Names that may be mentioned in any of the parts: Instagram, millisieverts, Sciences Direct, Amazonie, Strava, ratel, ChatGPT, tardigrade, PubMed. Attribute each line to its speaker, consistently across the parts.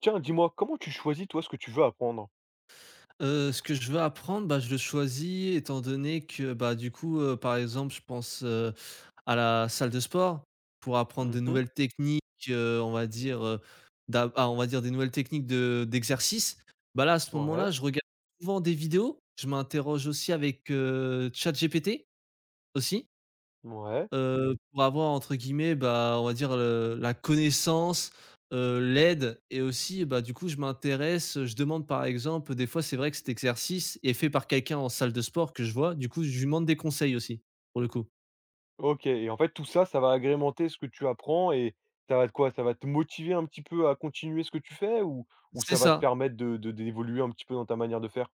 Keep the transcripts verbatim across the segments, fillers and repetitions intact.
Speaker 1: Tiens, dis-moi, comment tu choisis, toi, ce que tu veux apprendre?
Speaker 2: Heu, ce que je veux apprendre, bah, je le choisis étant donné que, bah, du coup, heu, par exemple, je pense, heu, à la salle de sport pour apprendre de
Speaker 1: Mhm,
Speaker 2: nouvelles techniques, heu, on va dire, heu, d'a ah, on va dire des nouvelles techniques de d'exercice. Bah, là, à ce
Speaker 1: ouais, Ouais,
Speaker 2: moment-là, je regarde souvent des vidéos. Je m'interroge aussi avec, heu, ChatGPT, aussi. Heu, pour avoir entre guillemets, bah, on va dire, heu, la connaissance, heu, l'aide et aussi, bah, du coup, je m'intéresse, je demande par exemple, des fois, c'est vrai que cet exercice est fait par quelqu'un en salle de sport que je vois, du coup, je lui demande des conseils aussi, pour le coup.
Speaker 1: OK. Et en fait, tout ça, ça va agrémenter ce que tu apprends et ça va te quoi? Ça va te motiver un petit peu à continuer ce que tu fais ou ou
Speaker 2: C'est
Speaker 1: ça va te
Speaker 2: ça.
Speaker 1: permettre de de d'évoluer un petit peu dans ta manière de faire?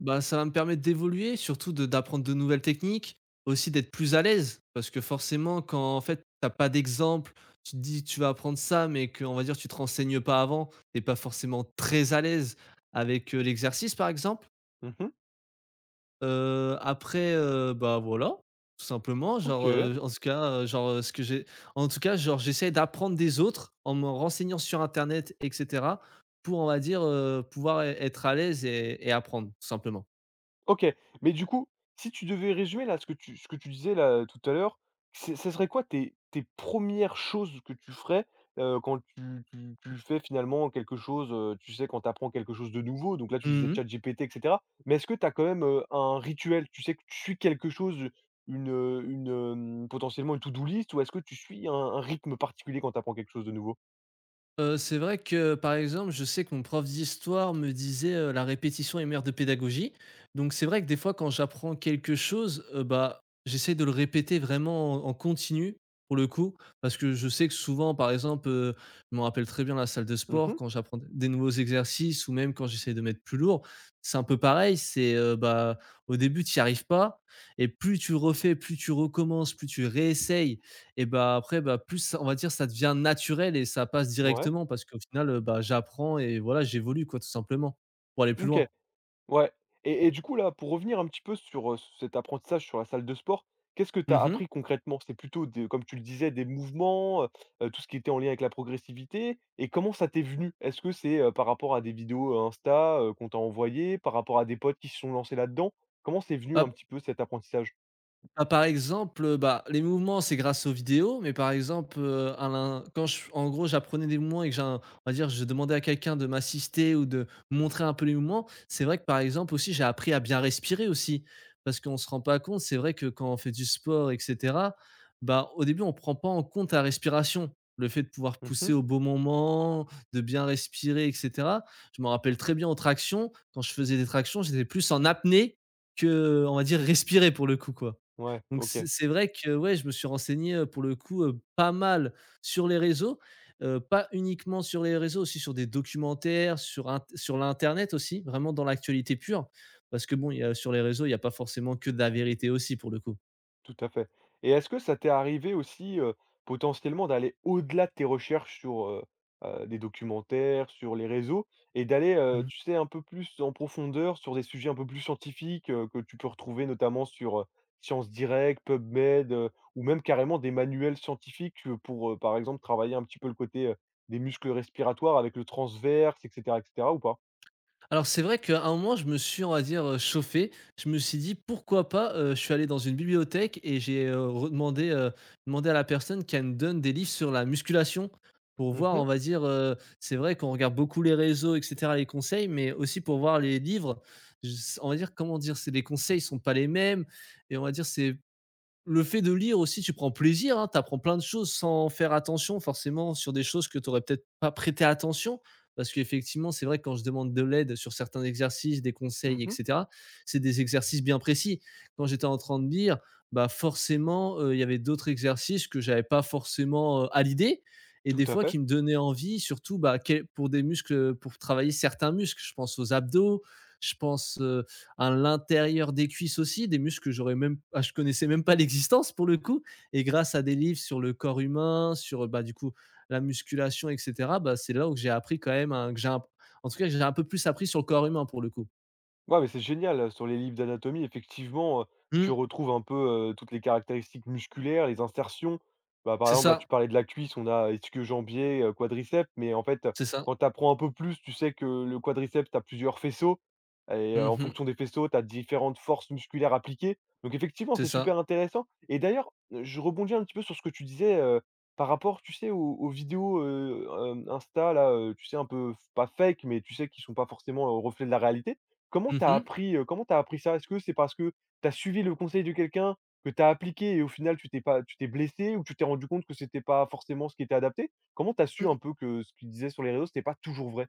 Speaker 2: Bah, ça va me permettre d'évoluer, surtout de d'apprendre de nouvelles techniques, aussi d'être plus à l'aise parce que forcément quand, en fait, t'as pas d'exemple, tu te dis: «Tu vas apprendre ça», mais qu'on va dire, tu te renseignes pas avant, t'es pas forcément très à l'aise avec, heu, l'exercice, par exemple.
Speaker 1: Mhm.
Speaker 2: Heu, après, heu, bah, voilà, tout simplement, genre,
Speaker 1: OK.
Speaker 2: heu, en tout cas, heu, genre, heu, ce que j'ai en tout cas, genre, j'essaie d'apprendre des autres en me renseignant sur internet et cetera pour, on va dire, heu, pouvoir ê être à l'aise et et apprendre, tout simplement.
Speaker 1: OK, mais du coup, si tu devais résumer là ce que tu ce que tu disais là tout à l'heure, ce ce serait quoi tes tes premières choses que tu ferais, heu, quand tu tu tu fais finalement quelque chose, heu, tu sais, quand tu apprends quelque chose de nouveau? Donc là, tu disais
Speaker 2: Mmh.
Speaker 1: ChatGPT et cetera, mais est-ce que tu as quand même, heu, un rituel? Tu sais que tu suis quelque chose, une, heu, une, hem, potentiellement une to do list, ou est-ce que tu suis un un rythme particulier quand tu apprends quelque chose de nouveau?
Speaker 2: Heu, c'est vrai que, par exemple, je sais que mon prof d'histoire me disait, heu: «La répétition est mère de pédagogie». Donc c'est vrai que des fois quand j'apprends quelque chose, heu, bah, j'essaie de le répéter vraiment en en continu, pour le coup. Parce que je sais que souvent, par exemple, heu, je me rappelle très bien la salle de sport
Speaker 1: Mmh,
Speaker 2: quand j'apprends des nouveaux exercices ou même quand j'essaie de mettre plus lourd, c'est un peu pareil, c'est, heu, bah, au début tu n'y arrives pas et plus tu refais, plus tu recommences, plus tu réessayes et bah, après, bah, plus on va dire ça devient naturel et ça passe
Speaker 1: ouais,
Speaker 2: directement parce qu'au final, heu, bah, j'apprends et voilà, j'évolue quoi, tout simplement, pour aller plus
Speaker 1: OK.
Speaker 2: loin.
Speaker 1: Ouais, et et du coup là, pour revenir un petit peu sur, heu, cet apprentissage sur la salle de sport, qu'est-ce que tu as
Speaker 2: Mmh mh.
Speaker 1: appris concrètement? C'est plutôt des, comme tu le disais, des mouvements, heu heu, tout ce qui était en lien avec la progressivité, et comment ça t'est venu? Est-ce que c'est, heu, par rapport à des vidéos, heu, Insta, heu, qu'on t'a envoyées, par rapport à des potes qui se sont lancés là-dedans? Comment c'est venu un
Speaker 2: Hop.
Speaker 1: petit peu cet apprentissage?
Speaker 2: Bah, par exemple, bah, les mouvements, c'est grâce aux vidéos, mais par exemple, heu, à l'in quand je en gros, j'apprenais des mouvements et que j'ai un on va dire, je demandais à quelqu'un de m'assister ou de montrer un peu les mouvements, c'est vrai que, par exemple, aussi, j'ai appris à bien respirer aussi. Parce qu'on se rend pas compte, c'est vrai que quand on fait du sport et cetera, bah, au début, on prend pas en compte la respiration. Le fait de pouvoir pousser
Speaker 1: Mmh.
Speaker 2: au bon moment, de bien respirer et cetera. Je me rappelle très bien aux tractions, quand je faisais des tractions, j'étais plus en apnée que, on va dire, respirer pour le coup, quoi.
Speaker 1: Ouais,
Speaker 2: Donc
Speaker 1: OK.
Speaker 2: c'est c'est vrai que, ouais, je me suis renseigné, heu, pour le coup, heu, pas mal sur les réseaux, heu, pas uniquement sur les réseaux, aussi sur des documentaires, sur int sur l'internet aussi, vraiment dans l'actualité pure. Parce que bon, il y a sur les réseaux, il y a pas forcément que de la vérité aussi, pour le coup.
Speaker 1: Tout à fait, et est-ce que ça t'est arrivé aussi, heu, potentiellement d'aller au-delà de tes recherches sur, heu heu, des documentaires, sur les réseaux, et d'aller, heu, tu sais, un peu plus en profondeur sur des sujets un peu plus scientifiques, heu, que tu peux retrouver notamment sur, heu, Sciences Direct, PubMed, heu, ou même carrément des manuels scientifiques, heu, pour, heu, par exemple, travailler un petit peu le côté, heu, des muscles respiratoires avec le transverse et cetera et cetera, ou pas?
Speaker 2: Alors c'est vrai qu'à un moment, je me suis, on va dire, heu, chauffé. Je me suis dit: «Pourquoi pas?» heu, je suis allé dans une bibliothèque et j'ai, heu, redemandé, heu, demandé à la personne qu'elle me donne des livres sur la musculation pour
Speaker 1: Mmh
Speaker 2: voir, on
Speaker 1: mh.
Speaker 2: va dire, heu, c'est vrai qu'on regarde beaucoup les réseaux et cetera, les conseils, mais aussi pour voir les livres. Je on va dire, comment dire? C'est les conseils sont pas les mêmes et on va dire, c'est le fait de lire aussi, tu prends plaisir, hein, tu apprends plein de choses sans faire attention forcément sur des choses que tu aurais peut-être pas prêté attention. Parce qu'effectivement, c'est vrai que quand je demande de l'aide sur certains exercices, des conseils, et
Speaker 1: Mmh.
Speaker 2: cetera, c'est des exercices bien précis. Quand j'étais en train de lire, bah forcément, heu, il y avait d'autres exercices que j'avais pas forcément, heu, à l'idée et
Speaker 1: Tout
Speaker 2: des
Speaker 1: à
Speaker 2: fois
Speaker 1: fait.
Speaker 2: qui me donnaient envie surtout, bah, qué pour des muscles, pour travailler certains muscles. Je pense aux abdos, je pense, heu, à l'intérieur des cuisses aussi, des muscles que j'aurais même, ah, je connaissais même pas l'existence pour le coup. Et grâce à des livres sur le corps humain, sur bah, du coup la musculation, et cetera. Bah, c'est là où j'ai appris quand même, un- que j'ai un- en tout cas, j'ai un peu plus appris sur le corps humain pour le coup.
Speaker 1: Ouais, mais c'est génial, heu, sur les livres d'anatomie, effectivement, heu, tu
Speaker 2: Mmh,
Speaker 1: retrouves un peu, heu, toutes les caractéristiques musculaires, les insertions. Bah, par
Speaker 2: c'est
Speaker 1: exemple, là, tu
Speaker 2: ça,
Speaker 1: parlais de la cuisse, on a ischio-jambier, heu, quadriceps, mais en fait, heu,
Speaker 2: c'est ça.
Speaker 1: quand tu apprends un peu plus, tu sais que le quadriceps, tu as plusieurs faisceaux, et heu, en
Speaker 2: Mmh,
Speaker 1: fonction des faisceaux, tu as différentes forces musculaires appliquées. Donc effectivement,
Speaker 2: c'est
Speaker 1: c'est
Speaker 2: ça.
Speaker 1: super intéressant, et d'ailleurs, heu, je rebondis un petit peu sur ce que tu disais, heu, par rapport, tu sais, aux aux vidéos, heu, hem, Insta là, heu, tu sais, un peu f pas fake, mais tu sais, qui sont pas forcément, heu, reflet de la réalité. Comment t'as
Speaker 2: Mmh.
Speaker 1: appris, heu, comment t'as appris ça? Est-ce que c'est parce que t'as suivi le conseil de quelqu'un, que t'as appliqué, et au final tu t'es pas tu t'es blessé, ou tu t'es rendu compte que c'était pas forcément ce qui était adapté? Comment t'as su un peu que ce qu'il disait sur les réseaux, c'était pas toujours vrai?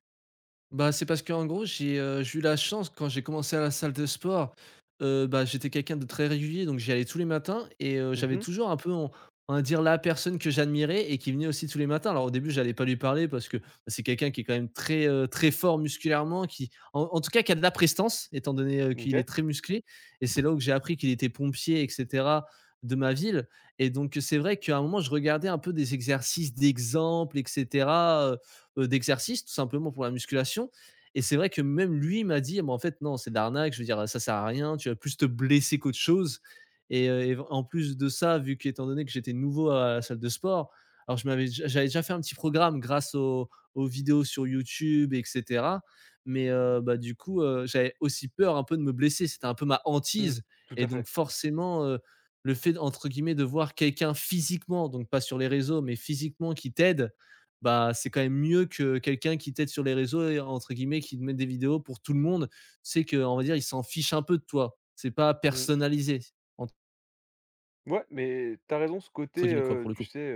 Speaker 2: Bah, c'est parce qu'en gros, j'ai, heu, j'ai eu la chance quand j'ai commencé à la salle de sport, heu, bah, j'étais quelqu'un de très régulier, donc j'y allais tous les matins et heu, j'avais
Speaker 1: Mmh.
Speaker 2: toujours un peu on on va dire la personne que j'admirais et qui venait aussi tous les matins. Alors au début, j'allais pas lui parler parce que, bah, c'est quelqu'un qui est quand même très, heu, très fort musculairement, qui en en tout cas qui a de la prestance étant donné, heu, qu'il
Speaker 1: OK.
Speaker 2: est très musclé et c'est là où que j'ai appris qu'il était pompier et cetera de ma ville et donc c'est vrai qu'à un moment, je regardais un peu des exercices d'exemple et cetera, euh, d'exercice, tout simplement pour la musculation. Et c'est vrai que même lui m'a dit, bah, en fait, non, c'est de l'arnaque, je veux dire, ça sert à rien, tu vas plus te blesser qu'autre chose. Et, euh, et en plus de ça, vu qu'étant donné que j'étais nouveau à la salle de sport, alors je m'avais, j'avais déjà fait un petit programme grâce aux, aux vidéos sur YouTube, et cetera. Mais euh, bah, du coup, euh, j'avais aussi peur un peu de me blesser. C'était un peu ma
Speaker 1: Mmh.
Speaker 2: hantise.
Speaker 1: Tout
Speaker 2: Et
Speaker 1: à
Speaker 2: donc
Speaker 1: fait.
Speaker 2: forcément, euh, le fait, entre guillemets, de voir quelqu'un physiquement, donc pas sur les réseaux, mais physiquement qui t'aide, bah, c'est quand même mieux que quelqu'un qui t'aide sur les réseaux et entre guillemets qui te met des vidéos pour tout le monde. C'est que on va dire, il s'en fiche un peu de toi. C'est pas
Speaker 1: Mmh.
Speaker 2: personnalisé
Speaker 1: Ouais, mais t'as raison, ce
Speaker 2: entre
Speaker 1: côté,
Speaker 2: guillemets quoi
Speaker 1: heu,
Speaker 2: pour le
Speaker 1: tu
Speaker 2: coup.
Speaker 1: sais,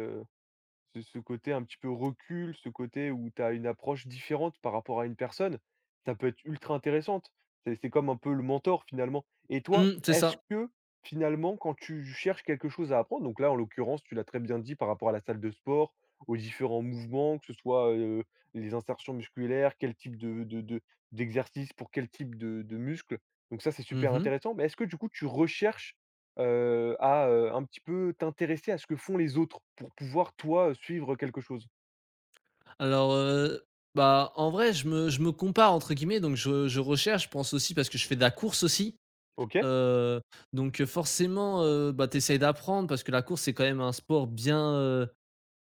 Speaker 1: Ce ce côté un petit peu recul, ce côté où tu as une approche différente par rapport à une personne, ça peut être ultra intéressante. C'est c'est comme un peu le mentor finalement. Et toi,
Speaker 2: Mmh, c'est
Speaker 1: est-ce
Speaker 2: ça.
Speaker 1: que finalement, quand tu cherches quelque chose à apprendre, donc là en l'occurrence, tu l'as très bien dit par rapport à la salle de sport, aux différents mouvements, que ce soit euh, les insertions musculaires, quel type de, de- de- d'exercice pour quel type de, de muscle, donc ça c'est super
Speaker 2: Mmh.
Speaker 1: intéressant, mais est-ce que du coup tu recherches, Heu, à, heu, un petit peu t'intéresser à ce que font les autres pour pouvoir toi, suivre quelque chose.
Speaker 2: Alors, heu, bah, en vrai, je me je me compare entre guillemets donc je je recherche, je pense aussi parce que je fais de la course aussi,
Speaker 1: OK.
Speaker 2: heu, donc, heu, forcément, heu, bah, tu d'apprendre parce que la course, c'est quand même un sport bien, heu,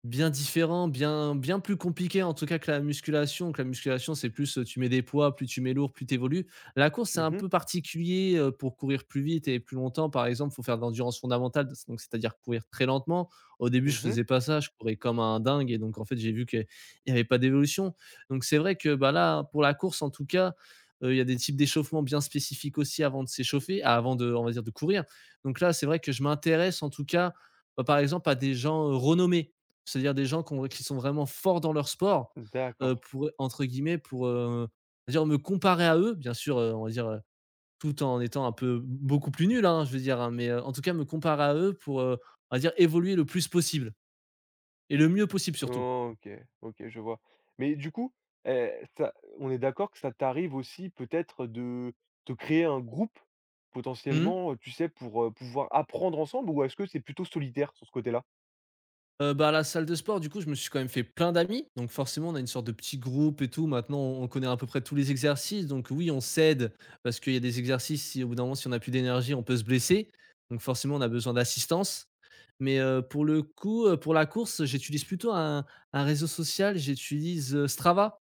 Speaker 2: bien différent, bien bien plus compliqué en tout cas que la musculation, que la musculation, c'est plus, heu, tu mets des poids, plus tu mets lourd, plus tu évolues. La course, c'est
Speaker 1: Mmh
Speaker 2: un
Speaker 1: mh.
Speaker 2: peu particulier, heu, pour courir plus vite et plus longtemps, par exemple, il faut faire de l'endurance fondamentale, donc c'est-à-dire courir très lentement. Au début, je
Speaker 1: Mmh.
Speaker 2: faisais pas ça, je courais comme un dingue et donc en fait, j'ai vu qu'il y avait pas d'évolution. Donc c'est vrai que, bah, là, pour la course en tout cas, heu, il y a des types d'échauffement bien spécifiques aussi avant de s'échauffer, ah, avant de, on va dire, de courir. Donc là, c'est vrai que je m'intéresse en tout cas, bah, par exemple, à des gens, heu, renommés. C'est-à-dire des gens qu'on qui sont vraiment forts dans leur sport, heu,
Speaker 1: D'accord.
Speaker 2: pour, entre guillemets, pour, heu, dire me comparer à eux, bien sûr, heu, on va dire, heu, tout en étant un peu beaucoup plus nul, hein, je veux dire, hein, mais, heu, en tout cas me comparer à eux pour, heu, on va dire évoluer le plus possible et le mieux possible surtout.
Speaker 1: OK, OK, je vois. Mais du coup, heu, ça on est d'accord que ça t'arrive aussi peut-être de te créer un groupe
Speaker 2: Mmh.
Speaker 1: potentiellement, heu, tu sais, pour, heu, pouvoir apprendre ensemble, ou est-ce que c'est plutôt solitaire sur ce côté-là?
Speaker 2: Heu, bah, à la salle de sport, du coup, je me suis quand même fait plein d'amis. Donc forcément, on a une sorte de petit groupe et tout. Maintenant, on on connaît à peu près tous les exercices. Donc oui, on s'aide parce qu'il y a des exercices, si au bout d'un moment, si on a plus d'énergie, on peut se blesser. Donc forcément, on a besoin d'assistance. Mais, heu, pour le coup, heu, pour la course, j'utilise plutôt un un réseau social, j'utilise, heu, Strava.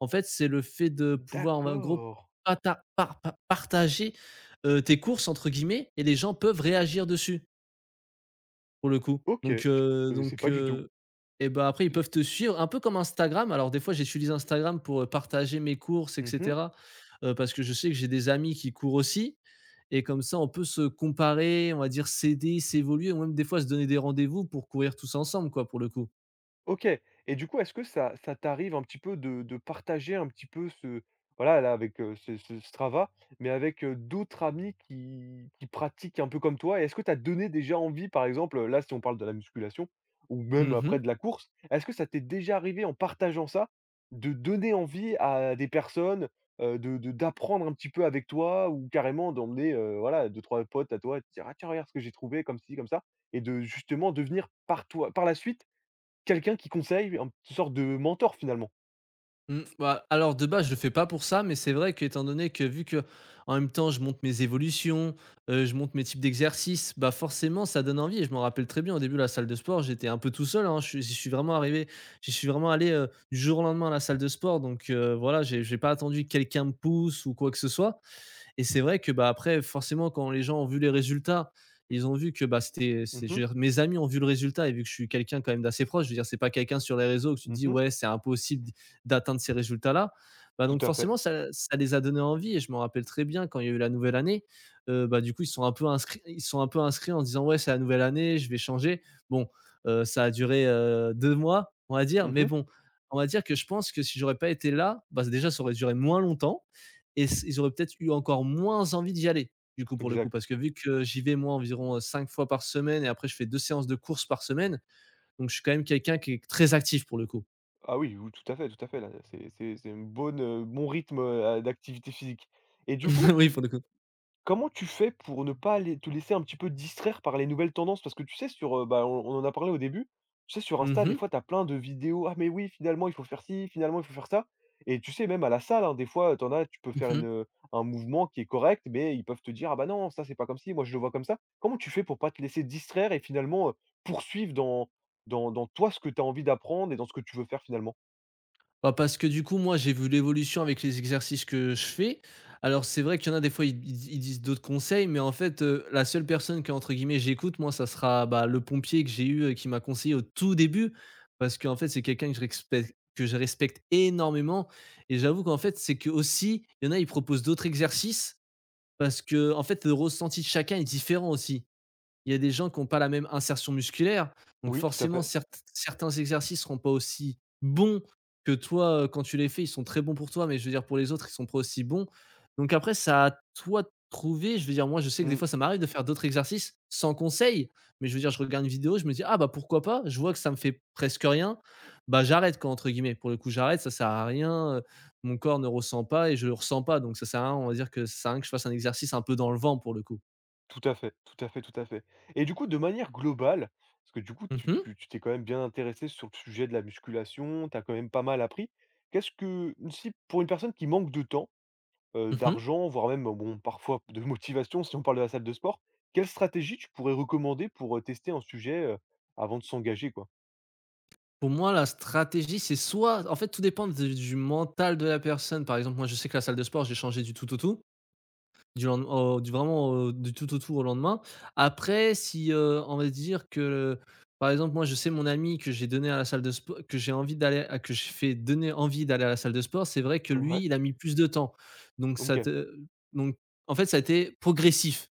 Speaker 2: En fait, c'est le fait de pouvoir, en gros,
Speaker 1: D'accord.
Speaker 2: pata par par partager, heu, tes «courses» entre guillemets et les gens peuvent réagir dessus. Pour le coup.
Speaker 1: OK,
Speaker 2: Donc
Speaker 1: je
Speaker 2: heu
Speaker 1: connaissais
Speaker 2: donc
Speaker 1: pas du tout.
Speaker 2: heu et ben après ils
Speaker 1: C'est,
Speaker 2: peuvent te suivre un peu comme Instagram. Alors des fois j'utilise Instagram pour, heu, partager mes courses et
Speaker 1: mmh.
Speaker 2: cetera, heu, parce que je sais que j'ai des amis qui courent aussi et comme ça on peut se comparer, on va dire s'aider, s'évoluer ou même des fois se donner des rendez-vous pour courir tous ensemble quoi, pour le coup.
Speaker 1: OK, et du coup, est-ce que ça ça t'arrive un petit peu de de partager un petit peu ce, voilà, là, avec, heu, ce ce Strava, mais avec, heu, d'autres amis qui qui pratiquent un peu comme toi? Et est-ce que t'as donné déjà envie, par exemple, là, si on parle de la musculation ou même après
Speaker 2: Mmh
Speaker 1: de la course, est-ce que ça t'est déjà arrivé, en partageant ça, de donner envie à des personnes, heu, de de d'apprendre un petit peu avec toi, ou carrément d'emmener, heu, voilà, deux trois potes à toi et de dire: «Ah tiens, regarde ce que j'ai trouvé comme ci, comme ça», et de justement devenir par toi par la suite quelqu'un qui conseille, une sorte de mentor finalement.
Speaker 2: Mmh, bah, alors de base, je le fais pas pour ça, mais c'est vrai qu'étant donné que vu que en même temps, je monte mes évolutions, heu, je monte mes types d'exercices, bah, forcément ça donne envie et je m'en rappelle très bien au début la salle de sport, j'étais un peu tout seul, hein. Je suis j'y suis vraiment arrivé J'y suis vraiment allé, heu, du jour au lendemain à la salle de sport, donc heu, voilà, j'ai j'ai pas attendu que quelqu'un me pousse ou quoi que ce soit. Et c'est vrai que bah, après, forcément, quand les gens ont vu les résultats, ils ont vu que bah, c'était,
Speaker 1: Mmh
Speaker 2: c'est, je
Speaker 1: mh.
Speaker 2: veux dire, mes amis ont vu le résultat et vu que je suis quelqu'un quand même d'assez proche, je veux dire, c'est pas quelqu'un sur les réseaux que tu te dis
Speaker 1: Mmh.
Speaker 2: ouais, c'est impossible d- d'atteindre ces résultats-là. Bah,
Speaker 1: Tout
Speaker 2: donc
Speaker 1: à fait.
Speaker 2: forcément, ça, ça les a donné envie et je m'en rappelle très bien quand il y a eu la nouvelle année. euh, bah, du coup, ils sont un peu inscrits, ils sont un peu inscrits en se disant ouais, c'est la nouvelle année, je vais changer. Bon, euh, ça a duré euh, deux mois, on va dire, mais
Speaker 1: Mmh.
Speaker 2: bon, on va dire que je pense que si j'aurais pas été là, bah, déjà ça aurait duré moins longtemps et s ils auraient peut-être eu encore moins envie d'y aller, du coup, pour le coup.
Speaker 1: Exact.
Speaker 2: Parce que vu que j'y vais moi environ, heu, cinq fois par semaine et après je fais deux séances de course par semaine, donc je suis quand même quelqu'un qui est très actif pour le coup.
Speaker 1: Ah oui, oui, tout à fait, tout à fait, là, c'est c'est c'est un bon, heu, bon rythme, heu, d'activité physique. Et du coup,
Speaker 2: Oui, pour le coup.
Speaker 1: comment tu fais pour ne pas aller te laisser un petit peu distraire par les nouvelles tendances? Parce que tu sais sur, heu, bah, on on en a parlé au début, tu sais sur Insta des
Speaker 2: Mmh
Speaker 1: fois tu as plein de vidéos: «Ah mais oui finalement il faut faire ci, finalement il faut faire ça», et tu sais même à la salle, hein, des fois, t'en as, tu peux faire
Speaker 2: Mmh
Speaker 1: une, un mouvement qui est correct, mais ils peuvent te dire: «Ah bah non, ça c'est pas comme si moi je le vois comme ça». Comment tu fais pour pas te laisser distraire et finalement, heu, poursuivre dans dans dans toi ce que tu as envie d'apprendre et dans ce que tu veux faire finalement?
Speaker 2: Bah, parce que du coup, moi, j'ai vu l'évolution avec les exercices que je fais. Alors, c'est vrai qu'il y en a des fois, ils, ils- ils disent d'autres conseils, mais en fait, euh, la seule personne que, entre guillemets, j'écoute, moi, ça sera bah, le pompier que j'ai eu, euh, qui m'a conseillé au tout début, parce qu'en fait, c'est quelqu'un que je respecte que je respecte énormément. Et j'avoue qu'en fait c'est que aussi il y en a ils proposent d'autres exercices, parce que en fait le ressenti de chacun est différent aussi, il y a des gens qui ont pas la même insertion musculaire, donc
Speaker 1: Oui, tout à
Speaker 2: forcément
Speaker 1: fait.
Speaker 2: cert certains exercices seront pas aussi bons que toi, heu, quand tu les fais. Ils sont très bons pour toi, mais je veux dire pour les autres, ils sont pas aussi bons. Donc après, ça à toi de trouver. Je veux dire, moi, je sais que des
Speaker 1: Mmh.
Speaker 2: fois, ça m'arrive de faire d'autres exercices sans conseil, mais je veux dire, je regarde une vidéo, je me dis: «Ah bah, pourquoi pas?» Je vois que ça me fait presque rien, bah, «j'arrête» quoi, entre guillemets. Pour le coup, j'arrête, ça sert à rien, heu, mon corps ne ressent pas et je le ressens pas, donc ça sert à rien, on va dire que ça sert à rien que je fasse un exercice un peu dans le vent pour le coup.
Speaker 1: Tout à fait, tout à fait, tout à fait. Et du coup, de manière globale, parce que du coup,
Speaker 2: Mmh
Speaker 1: tu
Speaker 2: mh.
Speaker 1: tu tu t'es quand même bien intéressé sur le sujet de la musculation, tu as quand même pas mal appris. Qu'est-ce que, si pour une personne qui manque de temps, heu,
Speaker 2: Mmh
Speaker 1: d'argent, voire même, bon, parfois de motivation, si on parle de la salle de sport, quelle stratégie tu pourrais recommander pour, heu, tester un sujet, heu, avant de s'engager, quoi?
Speaker 2: Pour moi, la stratégie, c'est soit en fait, tout dépend de du mental de la personne. Par exemple, moi, je sais que la salle de sport, j'ai changé du tout au tout, du lend au du vraiment au du tout au tout au lendemain. Après, si, heu, on va dire que, par exemple, moi, je sais mon ami que j'ai donné à la salle de sport, que j'ai envie d'aller à que je fais donner envie d'aller à la salle de sport, c'est vrai que
Speaker 1: Ouais,
Speaker 2: lui, il a mis plus de temps. Donc ça
Speaker 1: OK.
Speaker 2: te donc en fait, ça a été progressif.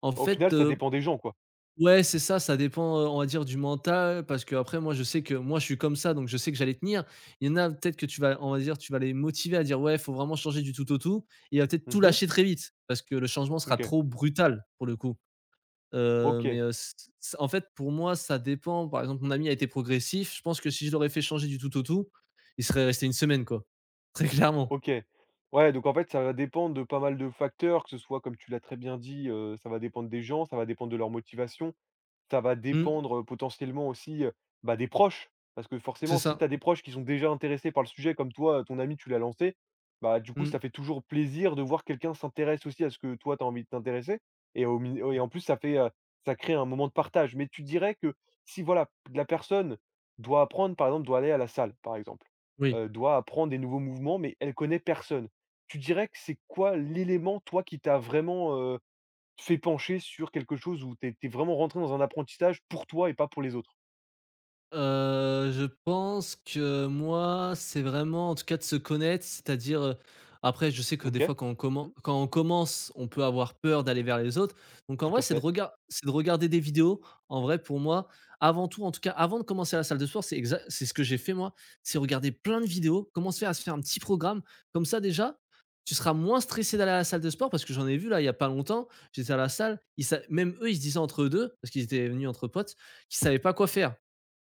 Speaker 2: En
Speaker 1: Au
Speaker 2: fait,
Speaker 1: final, ça
Speaker 2: heu
Speaker 1: dépend des gens, quoi.
Speaker 2: Ouais, c'est ça, ça dépend, heu, on va dire du mental, parce que après moi je sais que moi je suis comme ça donc je sais que j'allais tenir. Il y en a peut-être que tu vas on va dire tu vas les motiver à dire: «Ouais, il faut vraiment changer du tout au tout», et il va peut-être tout
Speaker 1: Mmh.
Speaker 2: lâcher très vite parce que le changement sera
Speaker 1: OK.
Speaker 2: trop brutal pour le coup. Heu, mais,
Speaker 1: OK.
Speaker 2: heu, c c en fait pour moi ça dépend. Par exemple, mon ami a été progressif, je pense que si je l'aurais fait changer du tout au tout, il serait resté une semaine quoi, très clairement.
Speaker 1: OK. Ouais, donc en fait, ça va dépendre de pas mal de facteurs, que ce soit, comme tu l'as très bien dit, heu, ça va dépendre des gens, ça va dépendre de leur motivation, ça va
Speaker 2: Mmh,
Speaker 1: dépendre, heu, potentiellement aussi, heu, bah, des proches. Parce que
Speaker 2: c'est
Speaker 1: forcément, si
Speaker 2: ça.
Speaker 1: tu as des proches qui sont déjà intéressés par le sujet comme toi, ton ami, tu l'as lancé, bah, du coup,
Speaker 2: Mmh,
Speaker 1: ça fait toujours plaisir de voir quelqu'un s'intéresse aussi à ce que toi, tu as envie de t'intéresser, et au min et en plus ça fait, heu, ça crée un moment de partage. Mais tu dirais que si voilà, la personne doit apprendre, par exemple, doit aller à la salle, par exemple,
Speaker 2: oui.
Speaker 1: heu, doit apprendre des nouveaux mouvements, mais elle connaît personne. Tu dirais que c'est quoi l'élément, toi, qui t'a vraiment fait pencher sur quelque chose où tu es vraiment rentré dans un apprentissage pour toi et pas pour les autres.
Speaker 2: Heu, je pense que moi, c'est vraiment en tout cas de se connaître, c'est-à-dire, heu, après je sais que des
Speaker 1: OK.
Speaker 2: fois quand on commen
Speaker 1: Mmh,
Speaker 2: quand on commence, on peut avoir peur d'aller vers les autres. Donc en
Speaker 1: tout
Speaker 2: vrai,
Speaker 1: à
Speaker 2: c'est de
Speaker 1: fait.
Speaker 2: regard c'est de regarder des vidéos. En vrai, pour moi, avant tout, en tout cas avant de commencer à la salle de sport, c'est exa c'est ce que j'ai fait moi, c'est regarder plein de vidéos, commencer à se faire un petit programme. Comme ça déjà, tu seras moins stressé d'aller à la salle de sport, parce que j'en ai vu là, il y a pas longtemps, j'étais à la salle, ils sa même eux, ils se disaient entre eux, deux, parce qu'ils étaient venus entre potes, qu'ils ne savaient pas quoi faire.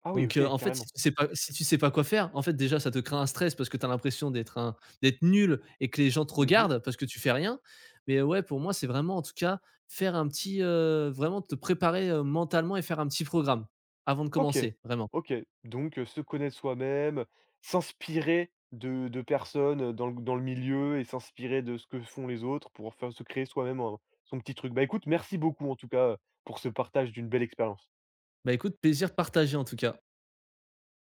Speaker 1: Ah oui,
Speaker 2: Donc
Speaker 1: OK,
Speaker 2: heu, en fait, si
Speaker 1: carrément.
Speaker 2: tu sais pas si tu sais pas quoi faire, en fait, déjà, ça te crée un stress parce que tu as l'impression d'être un d'être nul et que les gens te
Speaker 1: Mmh.
Speaker 2: regardent parce que tu fais rien. Mais euh, ouais, pour moi, c'est vraiment, en tout cas, faire un petit, heu, vraiment te préparer, heu, mentalement et faire un petit programme avant de
Speaker 1: OK,
Speaker 2: commencer, vraiment.
Speaker 1: OK. Donc, heu, se connaître soi-même, s'inspirer de de personnes, heu, dans le dans le milieu, et s'inspirer de ce que font les autres pour faire se créer soi-même un, son petit truc. Bah, écoute, merci beaucoup en tout cas, heu, pour ce partage d'une belle expérience.
Speaker 2: Bah, écoute, plaisir partagé, en tout cas.